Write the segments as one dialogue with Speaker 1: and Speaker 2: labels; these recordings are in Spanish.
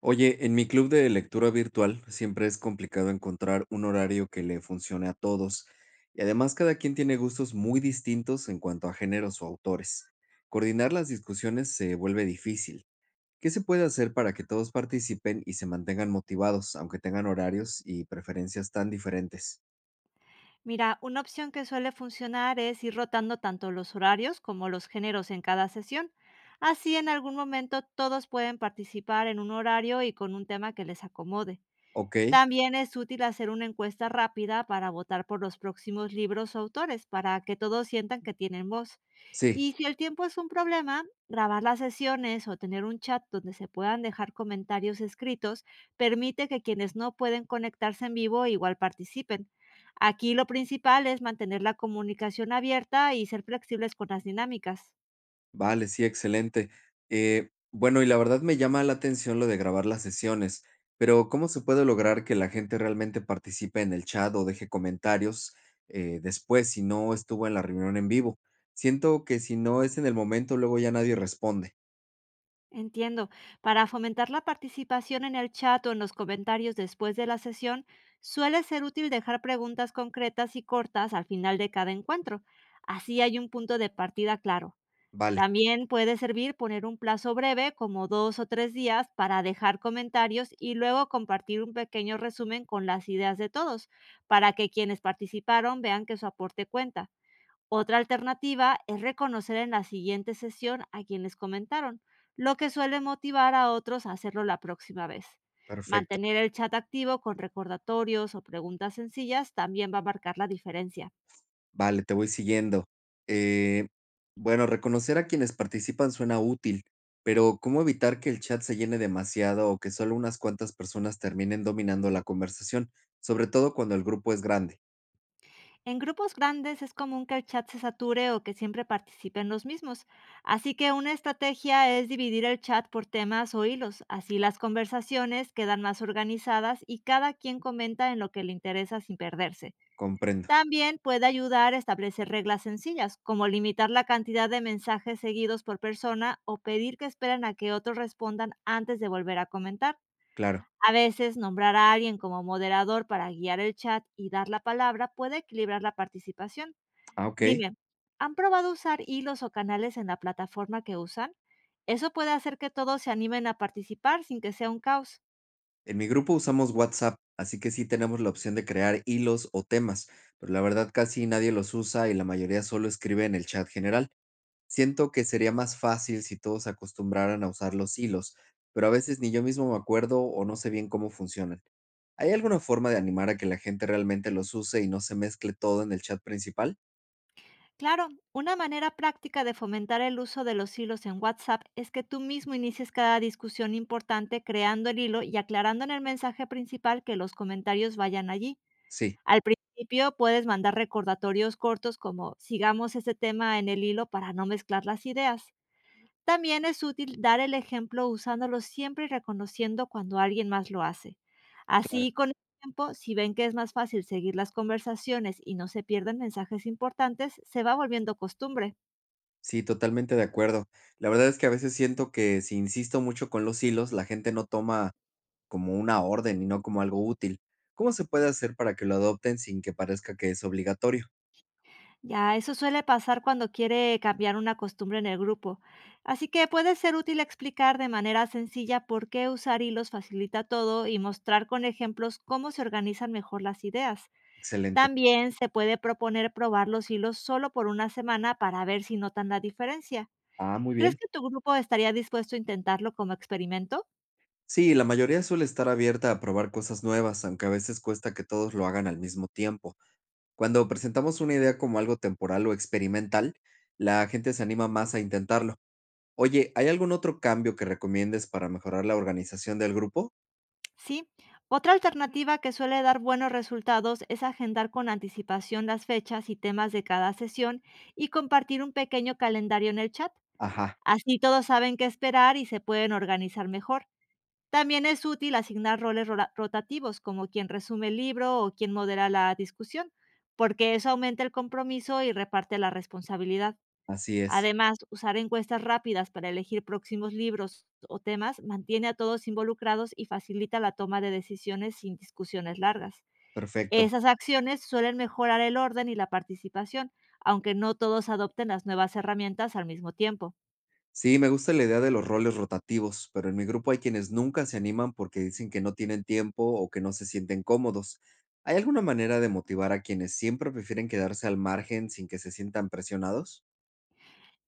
Speaker 1: Oye, en mi club de lectura virtual siempre es complicado encontrar un horario que le funcione a todos, y además cada quien tiene gustos muy distintos en cuanto a géneros o autores. Coordinar las discusiones se vuelve difícil. ¿Qué se puede hacer para que todos participen y se mantengan motivados, aunque tengan horarios y preferencias tan diferentes?
Speaker 2: Mira, una opción que suele funcionar es ir rotando tanto los horarios como los géneros en cada sesión. Así en algún momento todos pueden participar en un horario y con un tema que les acomode.
Speaker 1: Ok,
Speaker 2: También es útil hacer una encuesta rápida para votar por los próximos libros o autores, para que todos sientan que tienen voz.
Speaker 1: sí.
Speaker 2: Y si el tiempo es un problema, grabar las sesiones o tener un chat donde se puedan dejar comentarios escritos permite que quienes no pueden conectarse en vivo igual participen. Aquí lo principal es mantener la comunicación abierta y ser flexibles con las dinámicas.
Speaker 1: Vale, sí, excelente. Bueno, y la verdad me llama la atención lo de grabar las sesiones, pero ¿cómo se puede lograr que la gente realmente participe en el chat o deje comentarios después si no estuvo en la reunión en vivo? Siento que si no es en el momento, luego ya nadie responde.
Speaker 2: Entiendo. Para fomentar la participación en el chat o en los comentarios después de la sesión, suele ser útil dejar preguntas concretas y cortas al final de cada encuentro. Así hay un punto de partida claro.
Speaker 1: Vale,
Speaker 2: También puede servir poner un plazo breve, como dos o tres días, para dejar comentarios y luego compartir un pequeño resumen con las ideas de todos, para que quienes participaron vean que su aporte cuenta. Otra alternativa es reconocer en la siguiente sesión a quienes comentaron, lo que suele motivar a otros a hacerlo la próxima vez.
Speaker 1: perfecto.
Speaker 2: Mantener el chat activo con recordatorios o preguntas sencillas también va a marcar la diferencia.
Speaker 1: Vale, te voy siguiendo. Eh, bueno, reconocer a quienes participan suena útil, pero ¿cómo evitar que el chat se llene demasiado o que solo unas cuantas personas terminen dominando la conversación? Sobre todo cuando el grupo es grande.
Speaker 2: En grupos grandes es común que el chat se sature o que siempre participen los mismos, así que una estrategia es dividir el chat por temas o hilos; así las conversaciones quedan más organizadas y cada quien comenta en lo que le interesa sin perderse.
Speaker 1: Comprendo,
Speaker 2: También puede ayudar a establecer reglas sencillas, como limitar la cantidad de mensajes seguidos por persona o pedir que esperen a que otros respondan antes de volver a comentar.
Speaker 1: claro.
Speaker 2: A veces, nombrar a alguien como moderador para guiar el chat y dar la palabra puede equilibrar la participación.
Speaker 1: Ah, ok.
Speaker 2: Dime, ¿han probado usar hilos o canales en la plataforma que usan? Eso puede hacer que todos se animen a participar sin que sea un caos.
Speaker 1: En mi grupo usamos WhatsApp, así que sí tenemos la opción de crear hilos o temas, pero la verdad casi nadie los usa y la mayoría solo escribe en el chat general. Siento que sería más fácil si todos se acostumbraran a usar los hilos, pero a veces ni yo mismo me acuerdo o no sé bien cómo funcionan. ¿Hay alguna forma de animar a que la gente realmente los use y no se mezcle todo en el chat principal?
Speaker 2: Claro, una manera práctica de fomentar el uso de los hilos en WhatsApp es que tú mismo inicies cada discusión importante, creando el hilo y aclarando en el mensaje principal que los comentarios vayan allí.
Speaker 1: Sí,
Speaker 2: Al principio puedes mandar recordatorios cortos como "sigamos este tema en el hilo para no mezclar las ideas". También es útil dar el ejemplo usándolo siempre y reconociendo cuando alguien más lo hace.
Speaker 1: claro.
Speaker 2: Así, con el tiempo, si ven que es más fácil seguir las conversaciones y no se pierden mensajes importantes, se va volviendo costumbre.
Speaker 1: Sí, totalmente de acuerdo. La verdad es que a veces siento que si insisto mucho con los hilos, la gente no toma como una orden y no como algo útil. ¿Cómo se puede hacer para que lo adopten sin que parezca que es obligatorio?
Speaker 2: Ya, eso suele pasar cuando quiere cambiar una costumbre en el grupo. Así que puede ser útil explicar de manera sencilla por qué usar hilos facilita todo y mostrar con ejemplos cómo se organizan mejor las ideas.
Speaker 1: Excelente.
Speaker 2: También se puede proponer probar los hilos solo por una semana para ver si notan la diferencia.
Speaker 1: Ah, muy
Speaker 2: ¿Crees
Speaker 1: bien.
Speaker 2: que tu grupo estaría dispuesto a intentarlo como experimento?
Speaker 1: Sí, la mayoría suele estar abierta a probar cosas nuevas, aunque a veces cuesta que todos lo hagan al mismo tiempo. Cuando presentamos una idea como algo temporal o experimental, la gente se anima más a intentarlo. Oye, ¿hay algún otro cambio que recomiendes para mejorar la organización del grupo?
Speaker 2: Sí. Otra alternativa que suele dar buenos resultados es agendar con anticipación las fechas y temas de cada sesión y compartir un pequeño calendario en el chat.
Speaker 1: Ajá,
Speaker 2: Así todos saben qué esperar y se pueden organizar mejor. También es útil asignar roles rotativos, como quien resume el libro o quien modera la discusión, porque eso aumenta el compromiso y reparte la responsabilidad.
Speaker 1: así es.
Speaker 2: Además, usar encuestas rápidas para elegir próximos libros o temas mantiene a todos involucrados y facilita la toma de decisiones sin discusiones largas.
Speaker 1: Perfecto.
Speaker 2: Esas acciones suelen mejorar el orden y la participación, aunque no todos adopten las nuevas herramientas al mismo tiempo.
Speaker 1: Sí, me gusta la idea de los roles rotativos, pero en mi grupo hay quienes nunca se animan porque dicen que no tienen tiempo o que no se sienten cómodos. ¿Hay alguna manera de motivar a quienes siempre prefieren quedarse al margen sin que se sientan presionados?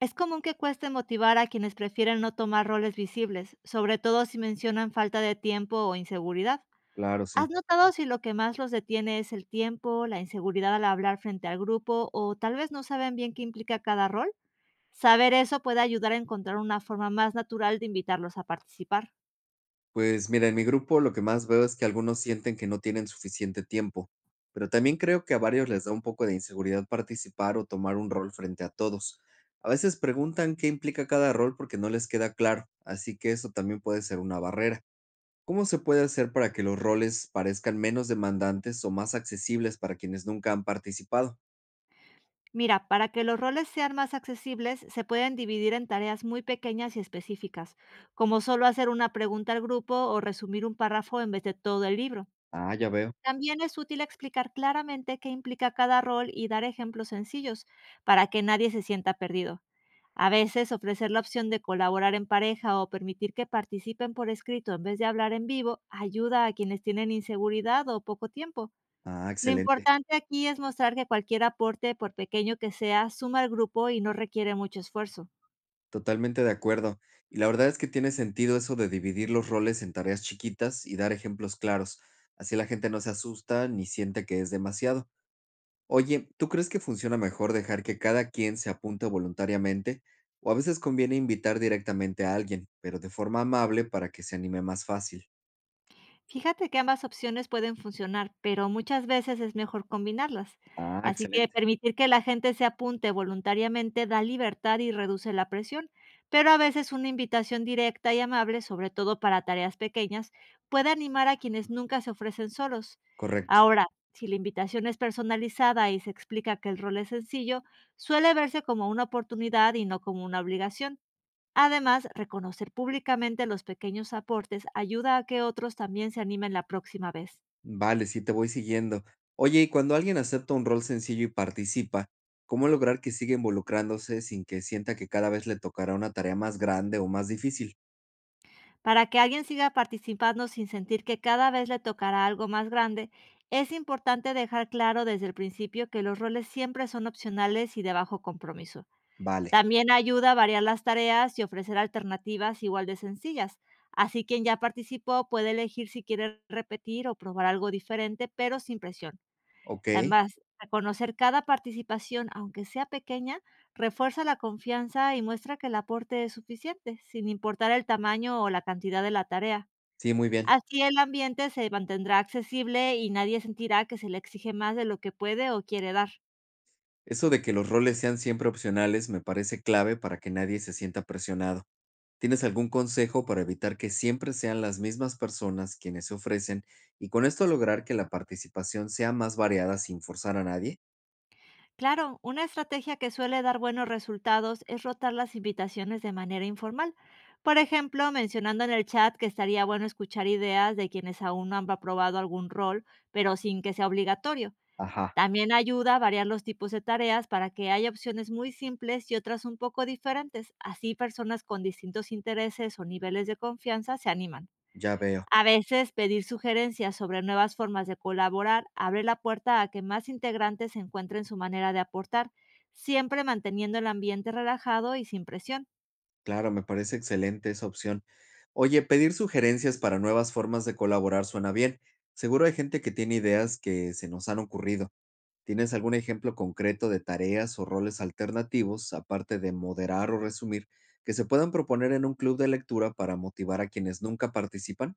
Speaker 2: Es común que cueste motivar a quienes prefieren no tomar roles visibles, sobre todo si mencionan falta de tiempo o inseguridad.
Speaker 1: Claro, sí.
Speaker 2: ¿Has notado si lo que más los detiene es el tiempo, la inseguridad al hablar frente al grupo o tal vez no saben bien qué implica cada rol? Saber eso puede ayudar a encontrar una forma más natural de invitarlos a participar.
Speaker 1: Pues mira, en mi grupo lo que más veo es que algunos sienten que no tienen suficiente tiempo, pero también creo que a varios les da un poco de inseguridad participar o tomar un rol frente a todos. A veces preguntan qué implica cada rol porque no les queda claro, así que eso también puede ser una barrera. ¿Cómo se puede hacer para que los roles parezcan menos demandantes o más accesibles para quienes nunca han participado?
Speaker 2: Mira, para que los roles sean más accesibles, se pueden dividir en tareas muy pequeñas y específicas, como solo hacer una pregunta al grupo o resumir un párrafo en vez de todo el libro.
Speaker 1: Ah, ya veo.
Speaker 2: También es útil explicar claramente qué implica cada rol y dar ejemplos sencillos para que nadie se sienta perdido. A veces ofrecer la opción de colaborar en pareja o permitir que participen por escrito en vez de hablar en vivo ayuda a quienes tienen inseguridad o poco tiempo.
Speaker 1: Ah,
Speaker 2: Lo
Speaker 1: excelente.
Speaker 2: importante aquí es mostrar que cualquier aporte, por pequeño que sea, suma al grupo y no requiere mucho esfuerzo.
Speaker 1: Totalmente de acuerdo. Y la verdad es que tiene sentido eso de dividir los roles en tareas chiquitas y dar ejemplos claros. Así la gente no se asusta ni siente que es demasiado. Oye, ¿tú crees que funciona mejor dejar que cada quien se apunte voluntariamente? O a veces conviene invitar directamente a alguien, pero de forma amable para que se anime más fácil.
Speaker 2: Fíjate que ambas opciones pueden funcionar, pero muchas veces es mejor combinarlas.
Speaker 1: Ah,
Speaker 2: Así que
Speaker 1: excelente.
Speaker 2: permitir que la gente se apunte voluntariamente da libertad y reduce la presión, pero a veces una invitación directa y amable, sobre todo para tareas pequeñas, puede animar a quienes nunca se ofrecen solos.
Speaker 1: Correcto.
Speaker 2: Ahora, si la invitación es personalizada y se explica que el rol es sencillo, suele verse como una oportunidad y no como una obligación. Además, reconocer públicamente los pequeños aportes ayuda a que otros también se animen la próxima vez.
Speaker 1: Vale, sí, te voy siguiendo. Oye, y cuando alguien acepta un rol sencillo y participa, ¿cómo lograr que siga involucrándose sin que sienta que cada vez le tocará una tarea más grande o más difícil?
Speaker 2: Para que alguien siga participando sin sentir que cada vez le tocará algo más grande, es importante dejar claro desde el principio que los roles siempre son opcionales y de bajo compromiso.
Speaker 1: Vale,
Speaker 2: También ayuda a variar las tareas y ofrecer alternativas igual de sencillas. Así quien ya participó puede elegir si quiere repetir o probar algo diferente, pero sin presión.
Speaker 1: ok,
Speaker 2: Además, reconocer cada participación, aunque sea pequeña, refuerza la confianza y muestra que el aporte es suficiente, sin importar el tamaño o la cantidad de la tarea.
Speaker 1: sí, muy bien.
Speaker 2: Así el ambiente se mantendrá accesible y nadie sentirá que se le exige más de lo que puede o quiere dar.
Speaker 1: Eso de que los roles sean siempre opcionales me parece clave para que nadie se sienta presionado. ¿Tienes algún consejo para evitar que siempre sean las mismas personas quienes se ofrecen y con esto lograr que la participación sea más variada sin forzar a nadie?
Speaker 2: Claro, una estrategia que suele dar buenos resultados es rotar las invitaciones de manera informal. Por ejemplo, mencionando en el chat que estaría bueno escuchar ideas de quienes aún no han aprobado algún rol, pero sin que sea obligatorio.
Speaker 1: Ajá,
Speaker 2: También ayuda a variar los tipos de tareas para que haya opciones muy simples y otras un poco diferentes. Así personas con distintos intereses o niveles de confianza se animan.
Speaker 1: ya veo.
Speaker 2: A veces pedir sugerencias sobre nuevas formas de colaborar abre la puerta a que más integrantes encuentren su manera de aportar, siempre manteniendo el ambiente relajado y sin presión.
Speaker 1: Claro, me parece excelente esa opción. Oye, pedir sugerencias para nuevas formas de colaborar suena bien. Seguro hay gente que tiene ideas que se nos han ocurrido. ¿Tienes algún ejemplo concreto de tareas o roles alternativos, aparte de moderar o resumir, que se puedan proponer en un club de lectura para motivar a quienes nunca participan?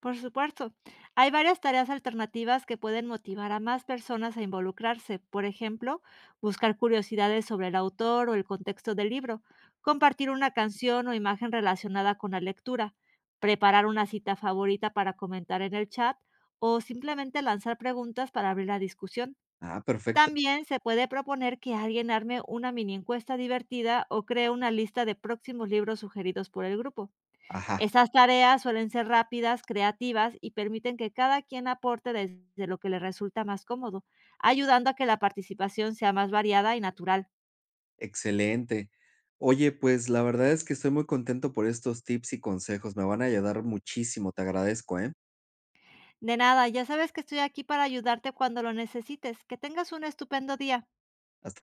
Speaker 2: Por supuesto, hay varias tareas alternativas que pueden motivar a más personas a involucrarse. Por ejemplo, buscar curiosidades sobre el autor o el contexto del libro, compartir una canción o imagen relacionada con la lectura, preparar una cita favorita para comentar en el chat o simplemente lanzar preguntas para abrir la discusión.
Speaker 1: Ah, perfecto.
Speaker 2: También se puede proponer que alguien arme una mini encuesta divertida o cree una lista de próximos libros sugeridos por el grupo.
Speaker 1: Ajá,
Speaker 2: Estas tareas suelen ser rápidas, creativas y permiten que cada quien aporte desde lo que le resulta más cómodo, ayudando a que la participación sea más variada y natural.
Speaker 1: excelente. Oye, pues la verdad es que estoy muy contento por estos tips y consejos. Me van a ayudar muchísimo. Te agradezco, ¿eh?
Speaker 2: De nada, ya sabes que estoy aquí para ayudarte cuando lo necesites. Que tengas un estupendo día.
Speaker 1: Hasta